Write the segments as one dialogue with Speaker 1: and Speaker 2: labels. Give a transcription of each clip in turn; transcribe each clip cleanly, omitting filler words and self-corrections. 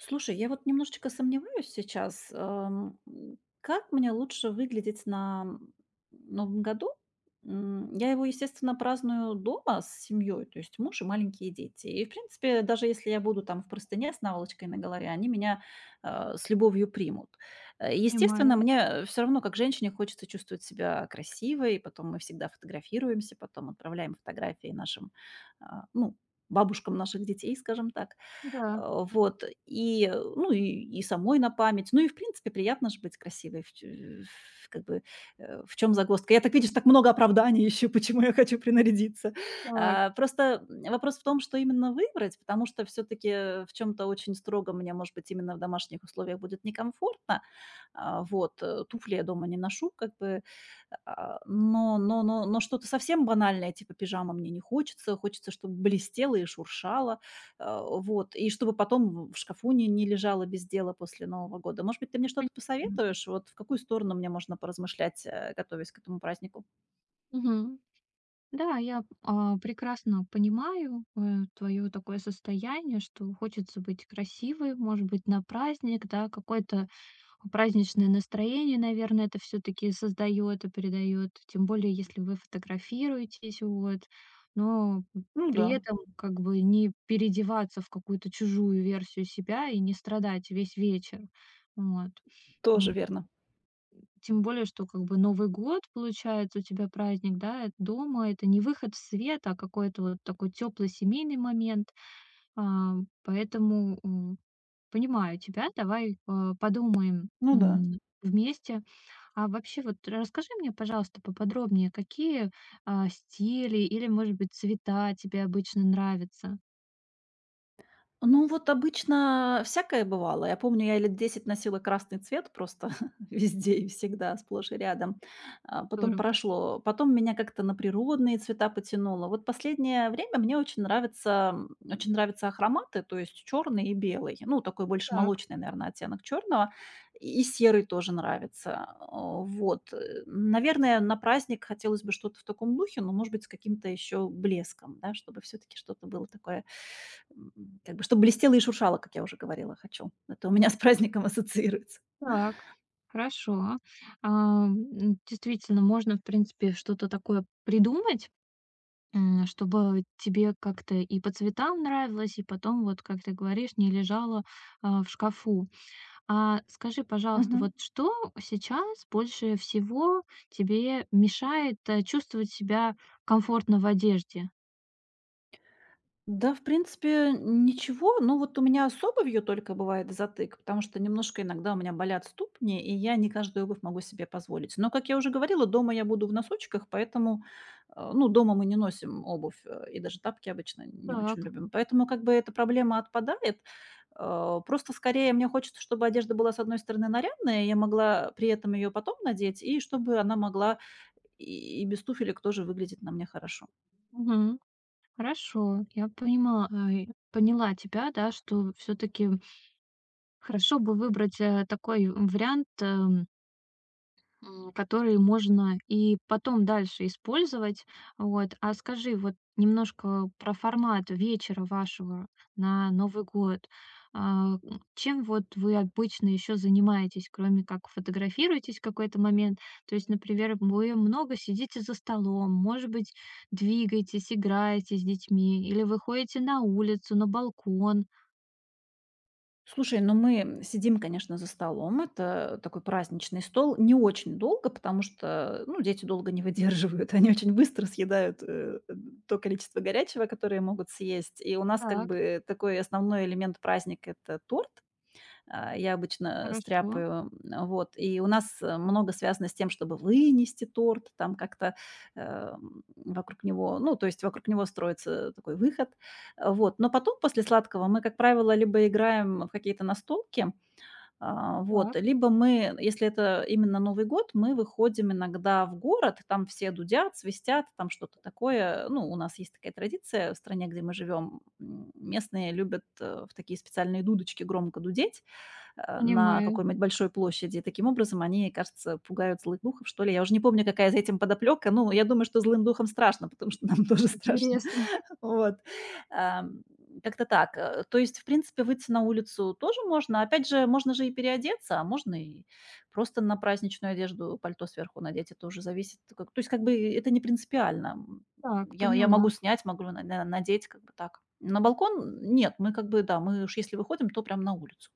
Speaker 1: Слушай, я вот немножечко сомневаюсь сейчас, как мне лучше выглядеть на Новом году. Я его, естественно, праздную дома с семьей, то есть муж и маленькие дети. И, в принципе, даже если я буду там в простыне с наволочкой на голове, они меня с любовью примут. Естественно,
Speaker 2: Понимаю.
Speaker 1: мне все равно, как женщине, хочется чувствовать себя красивой, потом мы всегда фотографируемся, потом отправляем фотографии нашим, а, ну, бабушкам наших детей, скажем так.
Speaker 2: Да,
Speaker 1: Вот, и самой на память. Ну и, в принципе, приятно же быть красивой. В тю в Как бы, в чем загвоздка? Я так, видишь, так много оправданий еще почему я хочу принарядиться.
Speaker 2: так,
Speaker 1: Просто, вопрос в том, что именно выбрать, потому что все таки в чем то очень строго мне, может быть, именно в домашних условиях будет некомфортно. Вот, туфли я дома не ношу как бы, но что-то совсем банальное, типа пижама, мне не хочется. Хочется, чтобы блестела и шуршала. Вот, и чтобы потом в шкафу не лежало без дела после Нового года. Может быть, ты мне что-то
Speaker 2: понимаю.
Speaker 1: посоветуешь? Вот в какую сторону мне можно поразмышлять, готовясь к этому празднику?
Speaker 2: Мгм. Да, прекрасно понимаю твое такое состояние, что хочется быть красивой, может быть, на праздник, да, какое-то праздничное настроение, наверное, это все таки создает и передает, тем более, если вы фотографируетесь, вот. Но
Speaker 1: Ну
Speaker 2: при
Speaker 1: да.
Speaker 2: этом как бы не переодеваться в какую-то чужую версию себя и не страдать весь вечер. Вот.
Speaker 1: Тоже верно.
Speaker 2: Тем более, что как бы Новый год, получается, у тебя праздник, да, дома. Это не выход в свет, а какой-то вот такой теплый семейный момент. А, поэтому, м, Понимаю тебя. Давай подумаем,
Speaker 1: Ну да.
Speaker 2: м, вместе. А вообще, вот расскажи мне, пожалуйста, поподробнее, какие, стили или, может быть, цвета тебе обычно нравятся?
Speaker 1: Ну, вот обычно всякое бывало. Я помню, я лет 10 носила красный цвет просто везде и всегда, сплошь и рядом. Потом
Speaker 2: Здорово.
Speaker 1: прошло. Потом меня как-то на природные цвета потянуло. Вот последнее время мне очень нравятся ахроматы, то есть черный и белый. Ну, такой больше
Speaker 2: Так,
Speaker 1: молочный, наверное, оттенок черного. И серый тоже нравится. О, вот. Наверное, на праздник хотелось бы что-то в таком духе, но, может быть, с каким-то еще блеском, да, чтобы все-таки что-то было такое. Как бы чтобы блестело и шуршало, как я уже говорила, хочу. Это у меня с праздником ассоциируется.
Speaker 2: так, хорошо. Действительно, можно, в принципе, что-то такое придумать, чтобы тебе как-то и по цветам нравилось, и потом, вот как ты говоришь, не лежало, в шкафу. А скажи, пожалуйста,
Speaker 1: Мгм.
Speaker 2: вот что сейчас больше всего тебе мешает, чувствовать себя комфортно в одежде?
Speaker 1: Да, в принципе, ничего. Ну, вот у меня с обувью только бывает затык, потому что немножко иногда у меня болят ступни, и я не каждую обувь могу себе позволить. Но, как я уже говорила, дома я буду в носочках, поэтому, ну, дома мы не носим обувь, и даже тапки обычно не
Speaker 2: Так.
Speaker 1: очень любим. Поэтому как бы эта проблема отпадает. Просто скорее мне хочется, чтобы одежда была, с одной стороны, нарядная, я могла при этом ее потом надеть, и чтобы она могла и без туфелек тоже выглядеть на мне хорошо.
Speaker 2: Мгм. Хорошо, поняла тебя, да, что все таки хорошо бы выбрать, такой вариант, которые можно и потом дальше использовать. Вот. А скажи вот немножко про формат вечера вашего на Новый год. А, м, Чем вот вы обычно еще занимаетесь, кроме как фотографируетесь в какой-то момент? То есть, например, вы много сидите за столом, может быть, двигаетесь, играете с детьми, или вы ходите на улицу, на балкон.
Speaker 1: Слушай, ну мы сидим, конечно, за столом. Это такой праздничный стол. Не очень долго, потому что, ну, дети долго не выдерживают. Они очень быстро съедают то количество горячего, которое могут съесть. И у нас как
Speaker 2: Так,
Speaker 1: бы такой основной элемент праздника — это торт. Я обычно
Speaker 2: хорошо.
Speaker 1: стряпаю, вот. И у нас, много связано с тем, чтобы вынести торт, там как-то, вокруг него, ну, то есть вокруг него строится такой выход. Вот. Но потом, после сладкого, мы, как правило, либо играем в какие-то настолки,
Speaker 2: Так,
Speaker 1: вот, либо мы, если это именно Новый год, мы выходим иногда в город, там все дудят, свистят, там что-то такое. Ну, у нас есть такая традиция в стране, где мы живем. Местные любят, в такие специальные дудочки громко дудеть на
Speaker 2: понимаю.
Speaker 1: какой-нибудь большой площади. И таким образом, они, кажется, пугают злых духов, что ли. Я уже не помню, какая за этим подоплека. Ну, я думаю, что злым духом страшно, потому что нам тоже страшно.
Speaker 2: Интересно.
Speaker 1: Вот. Ам, Как-то так. То есть, в принципе, выйти на улицу тоже можно. Опять же, можно же и переодеться, а можно и просто на праздничную одежду пальто сверху надеть. Это уже зависит. То есть, как бы это не принципиально.
Speaker 2: Так,
Speaker 1: Я
Speaker 2: поняла.
Speaker 1: могу снять, могу надеть, как бы так. На балкон нет, мы как бы, да, мы уж если выходим, то прям на улицу.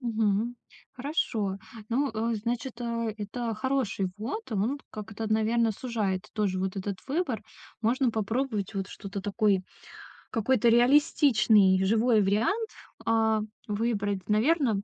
Speaker 2: Мгм. Хорошо. Ну, значит, это хороший ввод. Он как-то, наверное, сужает тоже вот этот выбор. Можно попробовать вот что-то такой, какой-то реалистичный, живой вариант, а, выбрать. Наверное,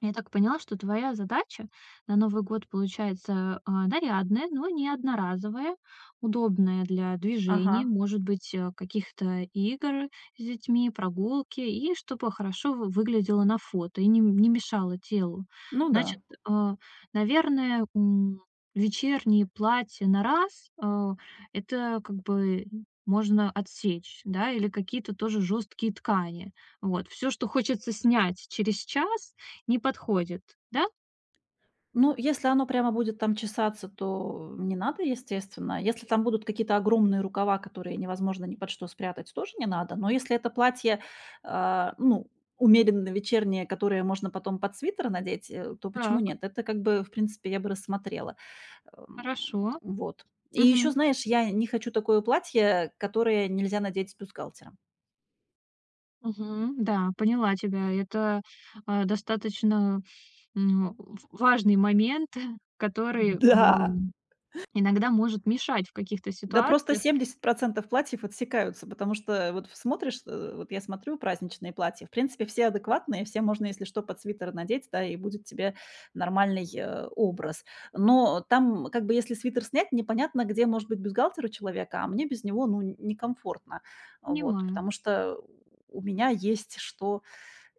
Speaker 2: я так поняла, что твоя задача на Новый год получается нарядная, но не одноразовая, удобная для движений,
Speaker 1: Ага.
Speaker 2: может быть, каких-то игр с детьми, прогулки, и чтобы хорошо выглядело на фото и не, не мешало телу.
Speaker 1: Ну
Speaker 2: Значит,
Speaker 1: да.
Speaker 2: а, наверное, вечерние платья на раз, это как бы можно отсечь, да, или какие-то тоже жесткие ткани. Вот, все, что хочется снять через час, не подходит, да?
Speaker 1: Ну, если оно прямо будет там чесаться, то не надо, естественно. Если там будут какие-то огромные рукава, которые невозможно ни под что спрятать, тоже не надо. Но если это платье, а, ну, умеренно вечернее, которое можно потом под свитер надеть, то почему
Speaker 2: Так,
Speaker 1: нет? Это как бы, в принципе, я бы рассмотрела. Эм,
Speaker 2: хорошо.
Speaker 1: Вот. И еще,
Speaker 2: Мгм,
Speaker 1: знаешь, я не хочу такое платье, которое нельзя надеть с бюстгальтером.
Speaker 2: мгм. Да, поняла тебя. Это, достаточно, в важный момент, который,
Speaker 1: Да.
Speaker 2: иногда может мешать в каких-то
Speaker 1: Да просто
Speaker 2: ситуациях.
Speaker 1: 70% платьев отсекаются, потому что вот в смотришь, вот я смотрю праздничные платья, в принципе, все адекватные, все можно, если что, под свитер надеть, да, и будет тебе нормальный, образ. Но там как бы если свитер снять, непонятно, где может быть бюстгальтер у человека, а мне без него, ну, некомфортно. Вот,
Speaker 2: Понимаю.
Speaker 1: потому что у меня есть что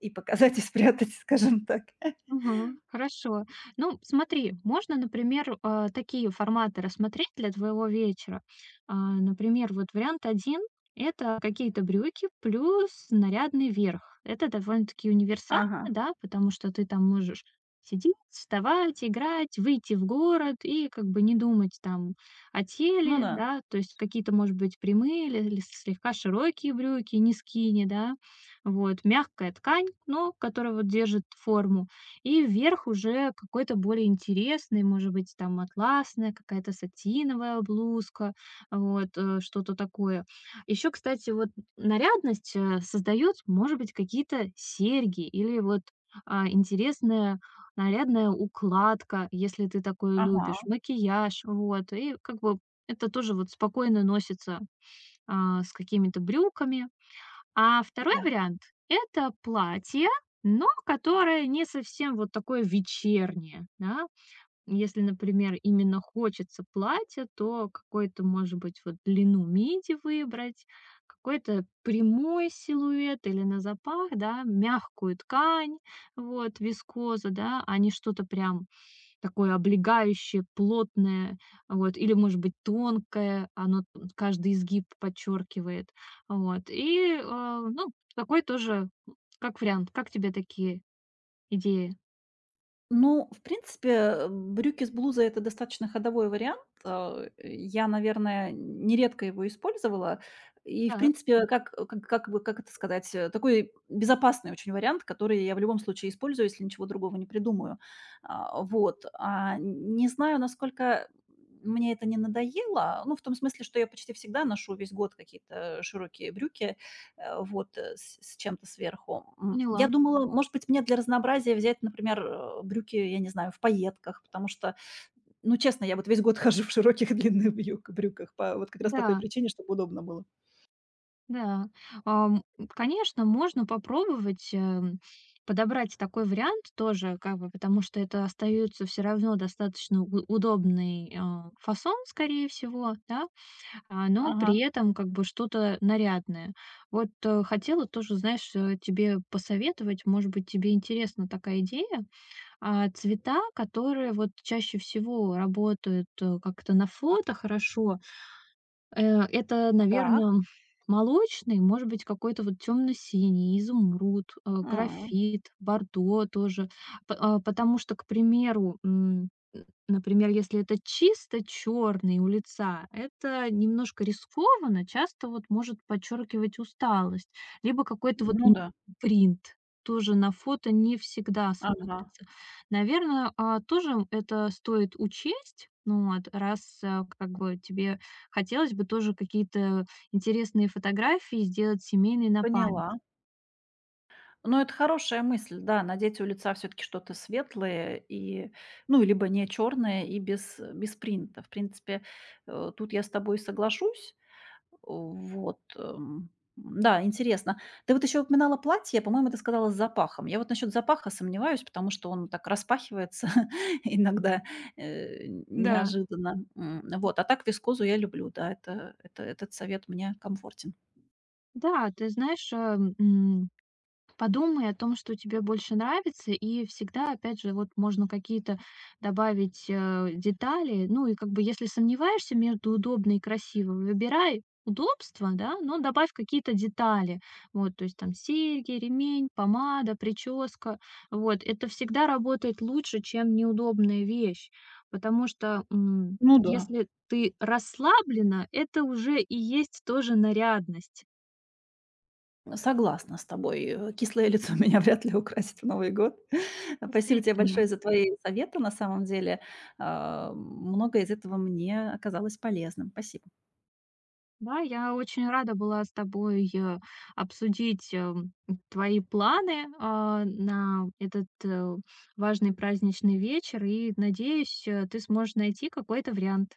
Speaker 1: и показать, и спрятать, скажем так.
Speaker 2: Мгм. Хорошо. Ну, смотри, можно, например, такие форматы рассмотреть для твоего вечера. А, Например, вот вариант один — это какие-то брюки плюс нарядный верх. Это довольно-таки универсально,
Speaker 1: Ага,
Speaker 2: да, потому что ты там можешь сидеть, вставать, играть, выйти в город и как бы не думать там о
Speaker 1: ну
Speaker 2: теле,
Speaker 1: да,
Speaker 2: да, то есть какие-то, может быть, прямые или, или слегка широкие брюки, не скини, да, вот, мягкая ткань, но которая вот держит форму. И вверх уже какой-то более интересный, может быть, там атласная, какая-то сатиновая блузка, вот, что-то такое. Еще, кстати, вот нарядность создают, может быть, какие-то серьги или вот интересная нарядная укладка, если ты такое
Speaker 1: ага,
Speaker 2: любишь, макияж, вот. И как бы это тоже вот спокойно носится с какими-то брюками, а второй
Speaker 1: да.
Speaker 2: вариант — это платье, но которое не совсем вот такое вечернее, да. Если, например, именно хочется платья, то какой то, может быть, вот длину миди выбрать, какой-то прямой силуэт или на запах, да, мягкую ткань, вот, вискоза, да, а не что-то прям такое облегающее, плотное, вот, или, может быть, тонкое, оно т каждый изгиб подчеркивает. Ну, такой тоже, как вариант. Как тебе такие идеи?
Speaker 1: Ну, в принципе, брюки с блузой — это достаточно ходовой вариант. Я, наверное, нередко его использовала. И, в
Speaker 2: Так,
Speaker 1: принципе, как бы, как это сказать, такой безопасный очень вариант, который я в любом случае использую, если ничего другого не придумаю. Вот. Не знаю, насколько мне это не надоело. Ну, в том смысле, что я почти всегда ношу весь год какие-то широкие брюки вот, с чем-то сверху. Я
Speaker 2: поняла.
Speaker 1: думала, может быть, мне для разнообразия взять, например, брюки, я не знаю, в пайетках, потому что, ну, честно, я вот весь год хожу в широких и длинных брюках по вот как раз по той
Speaker 2: Да,
Speaker 1: причине, чтобы удобно было.
Speaker 2: да. Ам, Конечно, можно попробовать, подобрать такой вариант тоже, как бы, потому что это остаётся все равно достаточно у удобный, фасон, скорее всего, да. Но
Speaker 1: Ага,
Speaker 2: при этом как бы что-то нарядное. Вот, хотела тоже, знаешь, тебе посоветовать, может быть, тебе интересна такая идея. Цвета, которые вот чаще всего работают как-то на фото хорошо, это,
Speaker 1: так.
Speaker 2: наверное, молочный, может быть, какой-то вот темно синий, изумруд,
Speaker 1: М.
Speaker 2: графит, бордо тоже. Потому что, к примеру, м, н например, если это чисто черный у лица, это немножко рискованно, часто вот может подчеркивать усталость. Либо какой-то вот
Speaker 1: Ну да.
Speaker 2: принт тоже на фото не всегда
Speaker 1: Ага,
Speaker 2: смотрится. Наверное, тоже это стоит учесть. Ну вот, раз, как бы тебе хотелось бы тоже какие-то интересные фотографии сделать семейные на память.
Speaker 1: поняла. Ну, это хорошая мысль, да, надеть у лица всё-таки что-то светлое и, ну, либо не черное и без принта. В принципе, тут я с тобой соглашусь. Вот, да, интересно. Ты вот еще упоминала платье, по-моему, ты сказала с запахом. Я вот насчет запаха сомневаюсь, потому что он так распахивается иногда
Speaker 2: Да.
Speaker 1: неожиданно. Вот, а так вискозу я люблю, да, этот совет мне комфортен.
Speaker 2: Да, ты знаешь, подумай о том, что тебе больше нравится, и всегда, опять же, вот можно какие-то добавить детали. Ну и как бы, если сомневаешься между удобно и красиво, выбирай удобство, да, но добавь какие-то детали. Вот, то есть там серьги, ремень, помада, прическа. Вот, это всегда работает лучше, чем неудобная вещь, потому что
Speaker 1: Ну да.
Speaker 2: если ты расслаблена, это уже и есть тоже нарядность.
Speaker 1: Согласна с тобой. Кислое лицо меня вряд ли украсит в Новый год. Спасибо тебе
Speaker 2: Действительно.
Speaker 1: большое за твои советы. На самом деле, многое из этого мне оказалось полезным. Спасибо.
Speaker 2: Да, я очень рада была с тобой обсудить твои планы на этот важный праздничный вечер, и надеюсь, ты сможешь найти какой-то вариант.